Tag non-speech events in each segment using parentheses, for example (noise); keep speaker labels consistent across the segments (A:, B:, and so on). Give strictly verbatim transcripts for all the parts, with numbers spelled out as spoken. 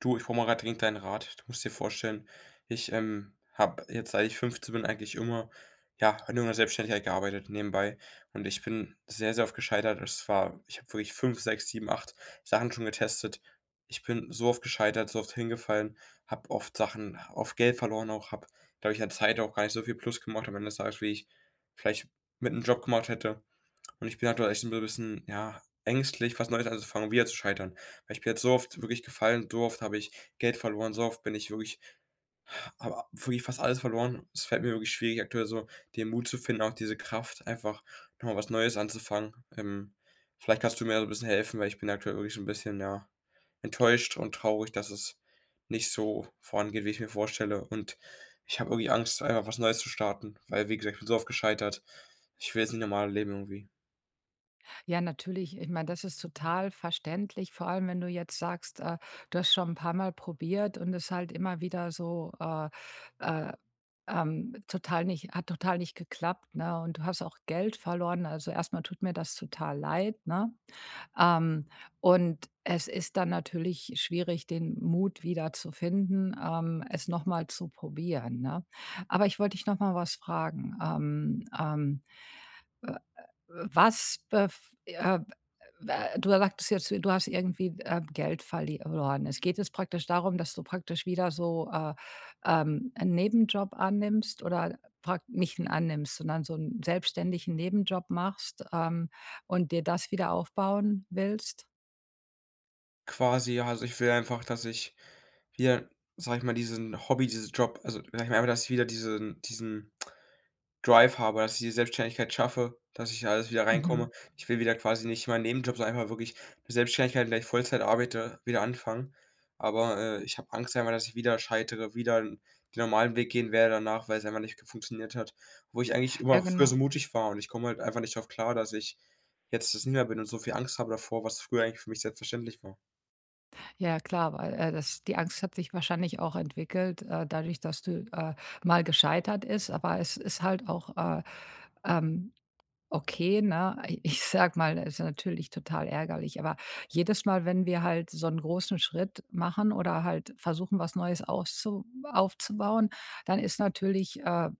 A: Du, ich brauche mal gerade dringend deinen Rat. Du musst dir vorstellen, ich, ähm, habe jetzt, seit ich fünfzehn bin, eigentlich immer, ja, an irgendeiner Selbstständigkeit gearbeitet nebenbei, und ich bin sehr, sehr oft gescheitert. Es war Ich habe wirklich fünf, sechs, sieben, acht Sachen schon getestet. Ich bin so oft gescheitert, so oft hingefallen, habe oft Sachen oft Geld verloren auch, habe, glaube ich, an Zeit auch gar nicht so viel plus gemacht am Ende des Tages, wie ich vielleicht mit einem Job gemacht hätte. Und ich bin aktuell echt so ein bisschen, ja, ängstlich, was Neues anzufangen, wieder zu scheitern. Weil ich bin jetzt so oft wirklich gefallen, so oft habe ich Geld verloren, so oft bin ich wirklich habe wirklich fast alles verloren. Es fällt mir wirklich schwierig, aktuell so den Mut zu finden, auch diese Kraft, einfach nochmal was Neues anzufangen. Ähm, vielleicht kannst du mir so ein bisschen helfen, weil ich bin aktuell wirklich so ein bisschen, ja, enttäuscht und traurig, dass es nicht so vorangeht, wie ich mir vorstelle. Und ich habe irgendwie Angst, einfach was Neues zu starten, weil, wie gesagt, ich bin so oft gescheitert. Ich will jetzt nicht normal leben irgendwie.
B: Ja, natürlich. Ich meine, das ist total verständlich, vor allem wenn du jetzt sagst, äh, du hast schon ein paar Mal probiert und es halt immer wieder so, äh, äh, ähm, total nicht hat total nicht geklappt, ne? Und du hast auch Geld verloren. Also, erstmal tut mir das total leid, ne? Ähm, und es ist dann natürlich schwierig, den Mut wieder zu finden, ähm, es nochmal zu probieren, ne? Aber ich wollte dich nochmal was fragen. Ähm, ähm, äh was bef äh, äh, du sagtest jetzt, du hast irgendwie, äh, Geld verli- verloren. Es geht jetzt praktisch darum, dass du praktisch wieder so, äh, ähm, 'n Nebenjob annimmst oder prak nicht 'n annimmst, sondern so einen selbstständigen Nebenjob machst, ähm, und dir das wieder aufbauen willst?
A: Quasi, ja. Also, ich will einfach, dass ich wieder, sage ich mal, diesen Hobby, diesen Job also, sage ich mal, einfach, dass ich wieder diesen diesen Drive habe, dass ich die Selbstständigkeit schaffe, dass ich alles wieder
B: Mhm.
A: reinkomme. Ich will wieder quasi nicht meinen Nebenjob, sondern einfach wirklich 'ne Selbstständigkeit, in der ich Vollzeit arbeite, wieder anfangen. Aber, äh, ich habe Angst einfach, dass ich wieder scheitere, wieder den normalen Weg gehen werde danach, weil es einfach nicht ge funktioniert hat, wo ich eigentlich immer
B: Ja,
A: früher
B: genau.
A: so mutig war, und ich komme halt einfach nicht drauf klar, dass ich jetzt das nicht mehr bin und so viel Angst habe davor, was früher eigentlich für mich selbstverständlich war.
B: Ja, klar, weil, äh, das die Angst hat sich wahrscheinlich auch entwickelt, äh, dadurch, dass du, äh, mal gescheitert ist, aber es ist halt auch, äh, ähm Okay, ne? (laughs) ich sag mal, das ist natürlich total ärgerlich, aber jedes Mal, wenn wir halt so einen großen Schritt machen oder halt versuchen, was Neues auszu aufzubauen, dann ist natürlich, äh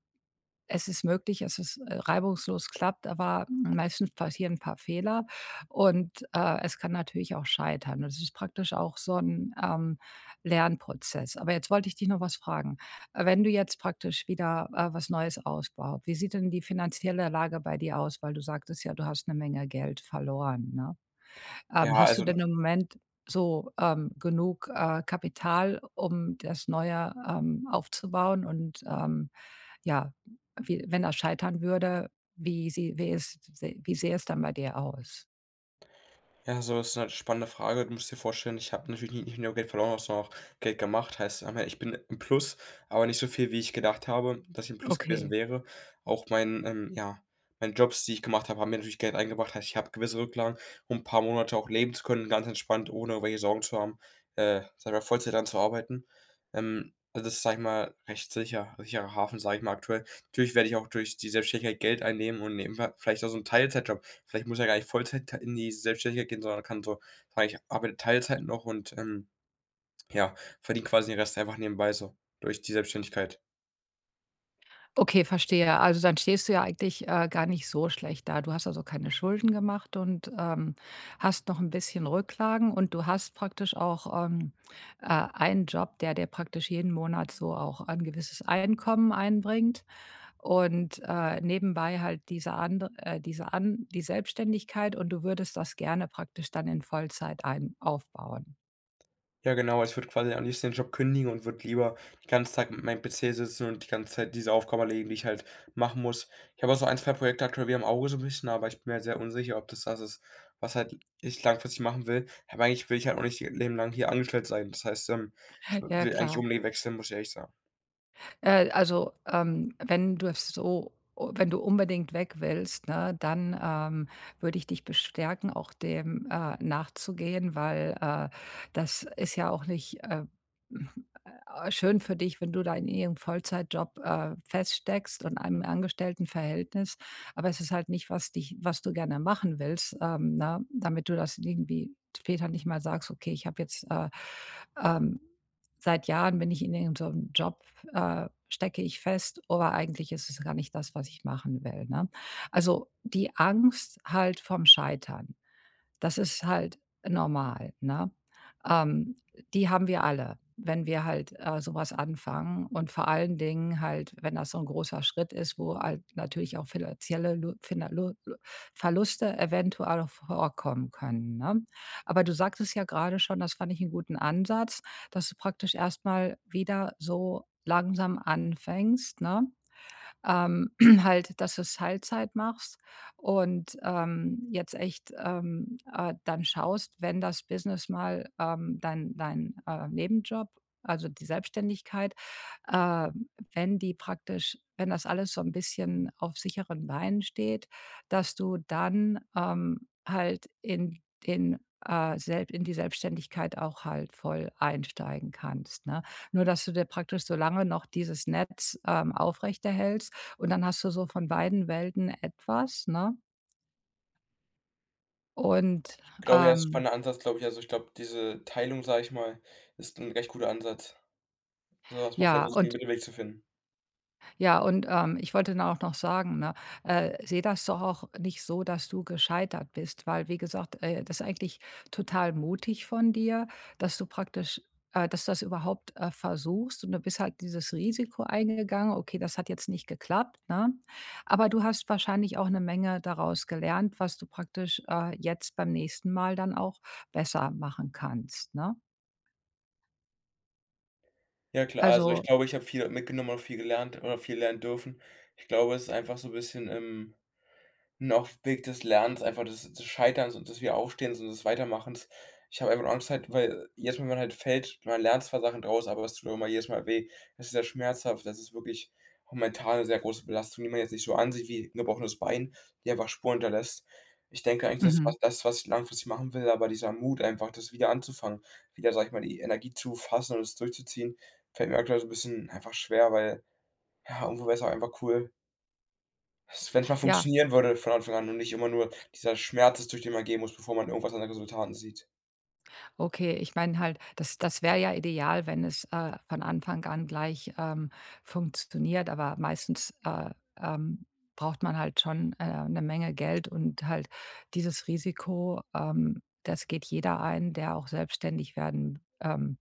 B: es ist möglich, dass es, äh, reibungslos klappt, aber meistens passieren ein paar Fehler und, äh, es kann natürlich auch scheitern. Das ist praktisch auch so ein ähm, Lernprozess. Aber jetzt wollte ich dich noch was fragen. Äh, wenn du jetzt praktisch wieder, äh, was Neues ausbaust, wie sieht denn die finanzielle Lage bei dir aus? Weil du sagtest ja, du hast eine Menge Geld verloren, ne?
A: Ja,
B: Ähm, hast du
A: also
B: denn im Moment so, ähm, genug, äh, Kapital, um das Neue, ähm, aufzubauen und, ähm ja, wie wenn das scheitern würde, wie sie wie es wie sähe es dann bei dir aus?
A: Ja, so ist halt eine spannende Frage. Du musst dir vorstellen, ich habe natürlich ni nicht nur Geld verloren, sondern auch Geld gemacht. Heißt, am Ende, ich bin im Plus, aber nicht so viel, wie ich gedacht habe, dass ich im Plus gewesen
B: Okay.
A: wäre. Auch mein, ähm ja, meine Jobs, die ich gemacht habe, haben mir natürlich Geld eingebracht. Heißt, ich habe gewisse Rücklagen, um ein paar Monate auch leben zu können, ganz entspannt, ohne irgendwelche Sorgen zu haben, äh, sage ich mal, Vollzeit daran zu arbeiten. Ähm, also, das ist, sage ich mal, recht sicher sicherer Hafen, sage ich mal, aktuell. Natürlich werde ich auch durch die Selbstständigkeit Geld einnehmen und nebenbei vielleicht auch so einen Teilzeitjob. Vielleicht muss er gar nicht Vollzeit in die Selbstständigkeit gehen, sondern kann so sagen: „Ich arbeite Teilzeit noch und, ähm, ja, verdiene quasi den Rest einfach nebenbei so durch die Selbstständigkeit.“
B: Okay, verstehe. Also, dann stehst du ja eigentlich, äh, gar nicht so schlecht da. Du hast also keine Schulden gemacht und, ähm, hast noch ein bisschen Rücklagen und du hast praktisch auch, ähm, äh, einen Job, der dir praktisch jeden Monat so auch ein gewisses Einkommen einbringt und, äh, nebenbei halt diese andere äh, diese an die Selbstständigkeit und du würdest das gerne praktisch dann in Vollzeit ein aufbauen.
A: Ja, genau, ich würde quasi am liebsten den Job kündigen und würde lieber den ganzen Tag mit meinem P C sitzen und die ganze Zeit diese Aufgaben erledigen, die ich halt machen muss. Ich habe auch so ein, zwei Projekte aktuell wie im Auge, so ein bisschen, aber ich bin mir sehr unsicher, ob das das ist, was halt ich langfristig machen will. Aber eigentlich will ich halt auch nicht Leben lang hier angestellt sein. Das heißt, ähm, ich
B: Ne?
A: w
B: Ja,
A: will eigentlich
B: klar.
A: unbedingt wechseln, muss ich ehrlich sagen.
B: Äh, also, ähm, wenn du es so wenn du unbedingt weg willst, ne, dann, ähm, würde ich dich bestärken, auch dem, äh, nachzugehen, weil, äh, das ist ja auch nicht, äh, äh, schön für dich, wenn du da in irgendeinem Vollzeitjob, äh, feststeckst und einem Angestelltenverhältnis. Aber es ist halt nicht, was dich was du gerne machen willst, ähm, ne, damit du das irgendwie später nicht mal sagst: „Okay, ich habe jetzt, äh, ähm seit Jahren bin ich in irgendeinem Job, äh, stecke ich fest oder eigentlich ist es gar nicht das, was ich machen will, ne? Also, die Angst halt vom Scheitern. Das ist halt normal, ne? Ähm, Die haben wir alle, wenn wir halt, äh, so anfangen und vor allen Dingen halt, wenn das so ein großer Schritt ist, wo halt natürlich auch finanzielle Lu Finan Lu Lu Verluste eventuell auch vorkommen können, ne? Aber du sagtest ja gerade schon, das fand ich einen guten Ansatz, dass du praktisch erstmal wieder so langsam anfängst, ne? ähm, (clears throat) halt, dass du's Teilzeit machst und, ähm, jetzt echt, ähm, äh, dann schaust, wenn das Business mal, ähm, dein dein, äh, Nebenjob, also die Selbstständigkeit, äh, wenn die praktisch wenn das alles so ein bisschen auf sicheren Beinen steht, dass du dann, ähm, halt in den, äh, selb in die Selbstständigkeit auch halt voll einsteigen kannst, ne? Nur, dass du dir praktisch so lange noch dieses Netz, ähm, aufrechterhältst und dann hast du so von beiden Welten etwas, ne? Und,
A: Glaube, ja, ist 'n
B: ähm,
A: spannender Ansatz, glaube ich. Also, ich glaube, diese Teilung, sage ich mal, ist 'n recht guter Ansatz, so dass man vielleicht
B: ja,
A: versucht, 'n
B: und
A: Mittelweg zu finden.
B: Ja, und, ähm, ich wollte dann auch noch sagen, ne, äh, sehe das doch auch nicht so, dass du gescheitert bist, weil wie gesagt, äh, das ist eigentlich total mutig von dir, dass du praktisch äh, dass du das überhaupt, äh, versuchst und du bist halt dieses Risiko eingegangen. Okay, das hat jetzt nicht geklappt, ne? Aber du hast wahrscheinlich auch eine Menge daraus gelernt, was du praktisch, äh, jetzt beim nächsten Mal dann auch besser machen kannst, ne?
A: Ja, klar, also, ich
B: Also
A: glaube, ich habe viel mitgenommen und viel gelernt oder viel lernen dürfen. Ich glaube, es ist einfach so 'n bisschen, ähm 'n auch Weg des Lernens, einfach des des Scheiterns und des Wiederaufstehens und des Weitermachens. Ich habe einfach Angst halt, weil jedes Mal, wenn man halt fällt, man lernt zwar Sachen draus, aber es tut auch immer jedes Mal weh. Das ist sehr schmerzhaft. Das ist wirklich auch mental 'ne sehr große Belastung, die man jetzt nicht so ansieht wie 'n gebrochenes Bein, die einfach Spuren hinterlässt. Ich denke eigentlich, das ist
B: mhm,
A: was das, was ich langfristig machen will, aber dieser Mut einfach, das wieder anzufangen, wieder, sage ich mal, die Energie zu fassen und es durchzuziehen, fällt mir aktuell so 'n bisschen einfach schwer, weil, ja, irgendwo wäre es auch einfach cool, wenn es mal
B: ja.
A: funktionieren würde von Anfang an und nicht immer nur dieser Schmerz ist, durch den man gehen muss, bevor man irgendwas an den Resultaten sieht.
B: Okay, ich meine halt, das das wäre ja ideal, wenn es, äh, von Anfang an gleich, ähm, funktioniert, aber meistens, äh, ähm, braucht man halt schon, äh, 'ne Menge Geld und halt dieses Risiko, ähm, das geht jeder ein, der auch selbstständig werden, ähm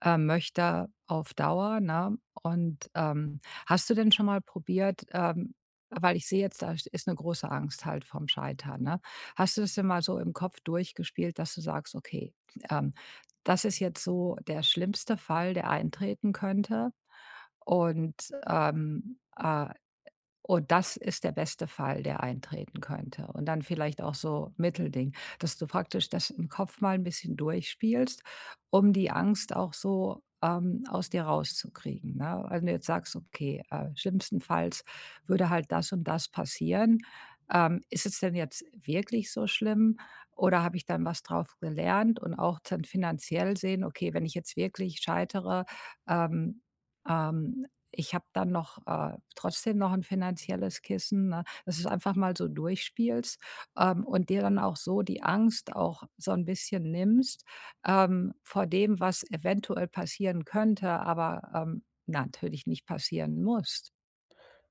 B: äh, möchte auf Dauer, ne? Und, ähm, hast du denn schon mal probiert, ähm weil ich sehe jetzt, da ist eine große Angst halt vom Scheitern, ne? Hast du das denn mal so im Kopf durchgespielt, dass du sagst: „Okay, ähm, das ist jetzt so der schlimmste Fall, der eintreten könnte und, ähm, äh, und das ist der beste Fall, der eintreten könnte. Und dann vielleicht auch so Mittelding, dass du praktisch das im Kopf mal ein bisschen durchspielst, um die Angst auch so, ähm, aus dir rauszukriegen, ne? Also, wenn du jetzt sagst: „Okay, äh, schlimmstenfalls würde halt das und das passieren. Ähm, ist es denn jetzt wirklich so schlimm oder habe ich dann was drauf gelernt?“ Und auch dann finanziell sehen: „Okay, wenn ich jetzt wirklich scheitere, ähm, ähm, ich habe dann noch, äh, trotzdem noch ein finanzielles Kissen, ne? Dass du's einfach mal so durchspielst, ähm, und dir dann auch so die Angst auch so ein bisschen nimmst, ähm, vor dem, was eventuell passieren könnte, aber, ähm, natürlich nicht passieren muss.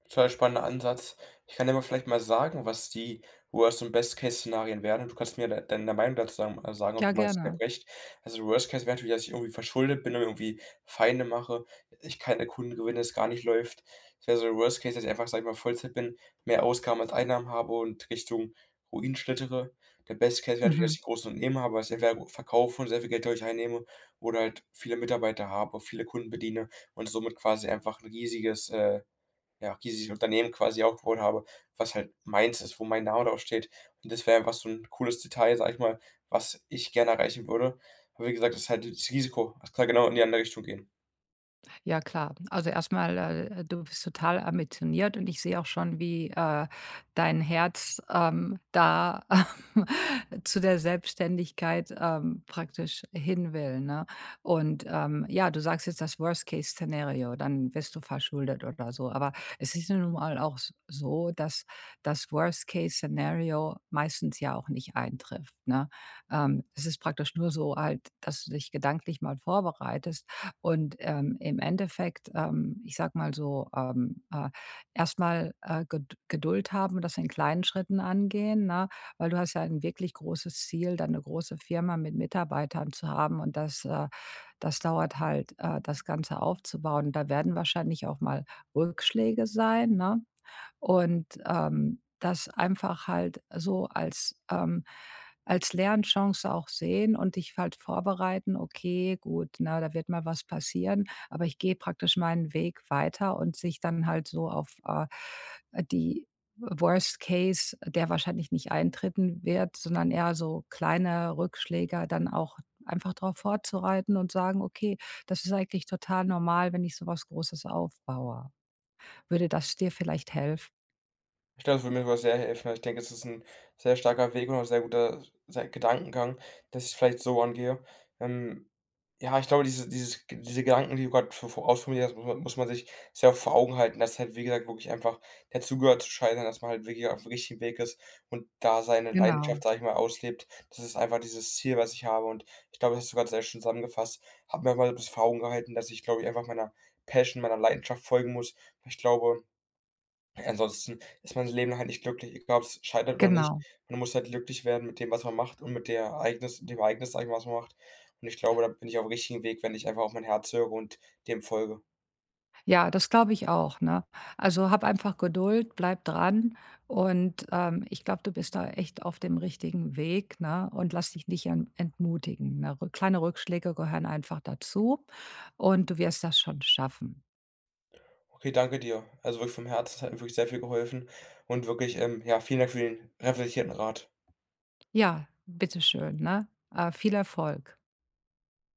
A: Total spannender Ansatz. Ich kann dir aber vielleicht mal sagen, was die Worst- und Best-Case-Szenarien wären, und du kannst mir de deine Meinung dazu sagen äh, sagen, ob
B: Ja,
A: du meinst, ich habe
B: gerne.
A: recht. Also, Worst Case wäre natürlich, dass ich irgendwie verschuldet bin und irgendwie Feinde mache, ich keine Kunden gewinne, es gar nicht läuft. Das wäre so der Worst Case, dass ich einfach, sag ich mal, Vollzeit bin, mehr Ausgaben als Einnahmen habe und Richtung Ruin schlittere. Der Best Case wäre natürlich, dass
B: Mhm.
A: ich große Unternehmen habe, was ich entweder verkaufe und sehr viel Geld dadurch einnehme, oder halt viele Mitarbeiter habe, viele Kunden bediene und somit quasi einfach ein riesiges, äh ja, dieses Unternehmen quasi aufgebaut habe, was halt meins ist, wo mein Name drauf steht. Und das wäre einfach so ein cooles Detail, sage ich mal, was ich gerne erreichen würde. Aber wie gesagt, das ist halt das Risiko. Es kann genau in die andere Richtung gehen.
B: Ja, klar. Also erstmal, äh, du bist total ambitioniert und ich sehe auch schon, wie äh, dein Herz ähm, da (laughs) zu der Selbstständigkeit ähm, praktisch hin will. Ne? Und ähm, ja, du sagst jetzt das Worst-Case-Szenario, dann wirst du verschuldet oder so. Aber es ist ja nun mal auch s- so, dass das Worst-Case-Szenario meistens ja auch nicht eintrifft. Ne? Ähm, es ist praktisch nur so halt, dass du dich gedanklich mal vorbereitest und, ähm, im Endeffekt, ähm, ich sage mal so, ähm, äh, erst äh, Ged Geduld haben und das in kleinen Schritten angehen, ne? Weil du hast ja ein wirklich großes Ziel, dann eine große Firma mit Mitarbeitern zu haben und das äh, das dauert halt, äh, das Ganze aufzubauen. Da werden wahrscheinlich auch mal Rückschläge sein, ne? Und, ähm, das einfach halt so als, ähm als Lernchance auch sehen und dich halt vorbereiten: „Okay, gut, na da wird mal was passieren, aber ich gehe praktisch meinen Weg weiter“ und sich dann halt so auf, äh, die Worst Case, der wahrscheinlich nicht eintreten wird, sondern eher so kleine Rückschläge dann auch einfach darauf vorzureiten und sagen: „Okay, das ist eigentlich total normal, wenn ich sowas Großes aufbaue.“ Würde das dir vielleicht helfen?
A: Ich glaube, das würde mir sogar sehr helfen. Also, ich denke, es ist ein sehr starker Weg und auch sehr guter sei Gedankengang, dass ich vielleicht so angehe. Ähm, ja, ich glaube, diese dieses diese Gedanken, die du gerade vor vo ausformuliert hast, muss man muss man sich sehr vor Augen halten, dass es halt, wie gesagt, wirklich einfach dazugehört zu scheitern, dass man halt wirklich aufm richtigen Weg ist und da seine
B: Genau,
A: Leidenschaft, sage ich mal, auslebt. Das ist einfach dieses Ziel, was ich habe, und ich glaube, das hast du grad sehr schön zusammengefasst. Habe mir mal das vor Augen gehalten, dass ich, glaube ich, einfach meiner Passion, meiner Leidenschaft folgen muss. Ich glaube, ansonsten ist man sein Leben lang halt nicht glücklich, egal ob's scheitert oder nicht.
B: genau.
A: Man muss halt glücklich werden mit dem, was man macht, und mit der Ereignis dem Ereignis, sage ich mal, was man macht. Und ich glaube, da bin ich aufm richtigen Weg, wenn ich einfach auf mein Herz höre und dem folge.
B: Ja, das glaube ich auch, ne? Also, hab einfach Geduld, bleib dran und, ähm, ich glaube, du bist da echt auf dem richtigen Weg, ne, und lass dich nicht en entmutigen, ne? Rück Kleine Rückschläge gehören einfach dazu und du wirst das schon schaffen.
A: Okay, danke dir. Also wirklich vom Herzen, es hat mir wirklich sehr viel geholfen, und wirklich, ähm, ja, vielen Dank für den reflektierten Rat.
B: Ja, bitteschön, ne? Äh, viel Erfolg.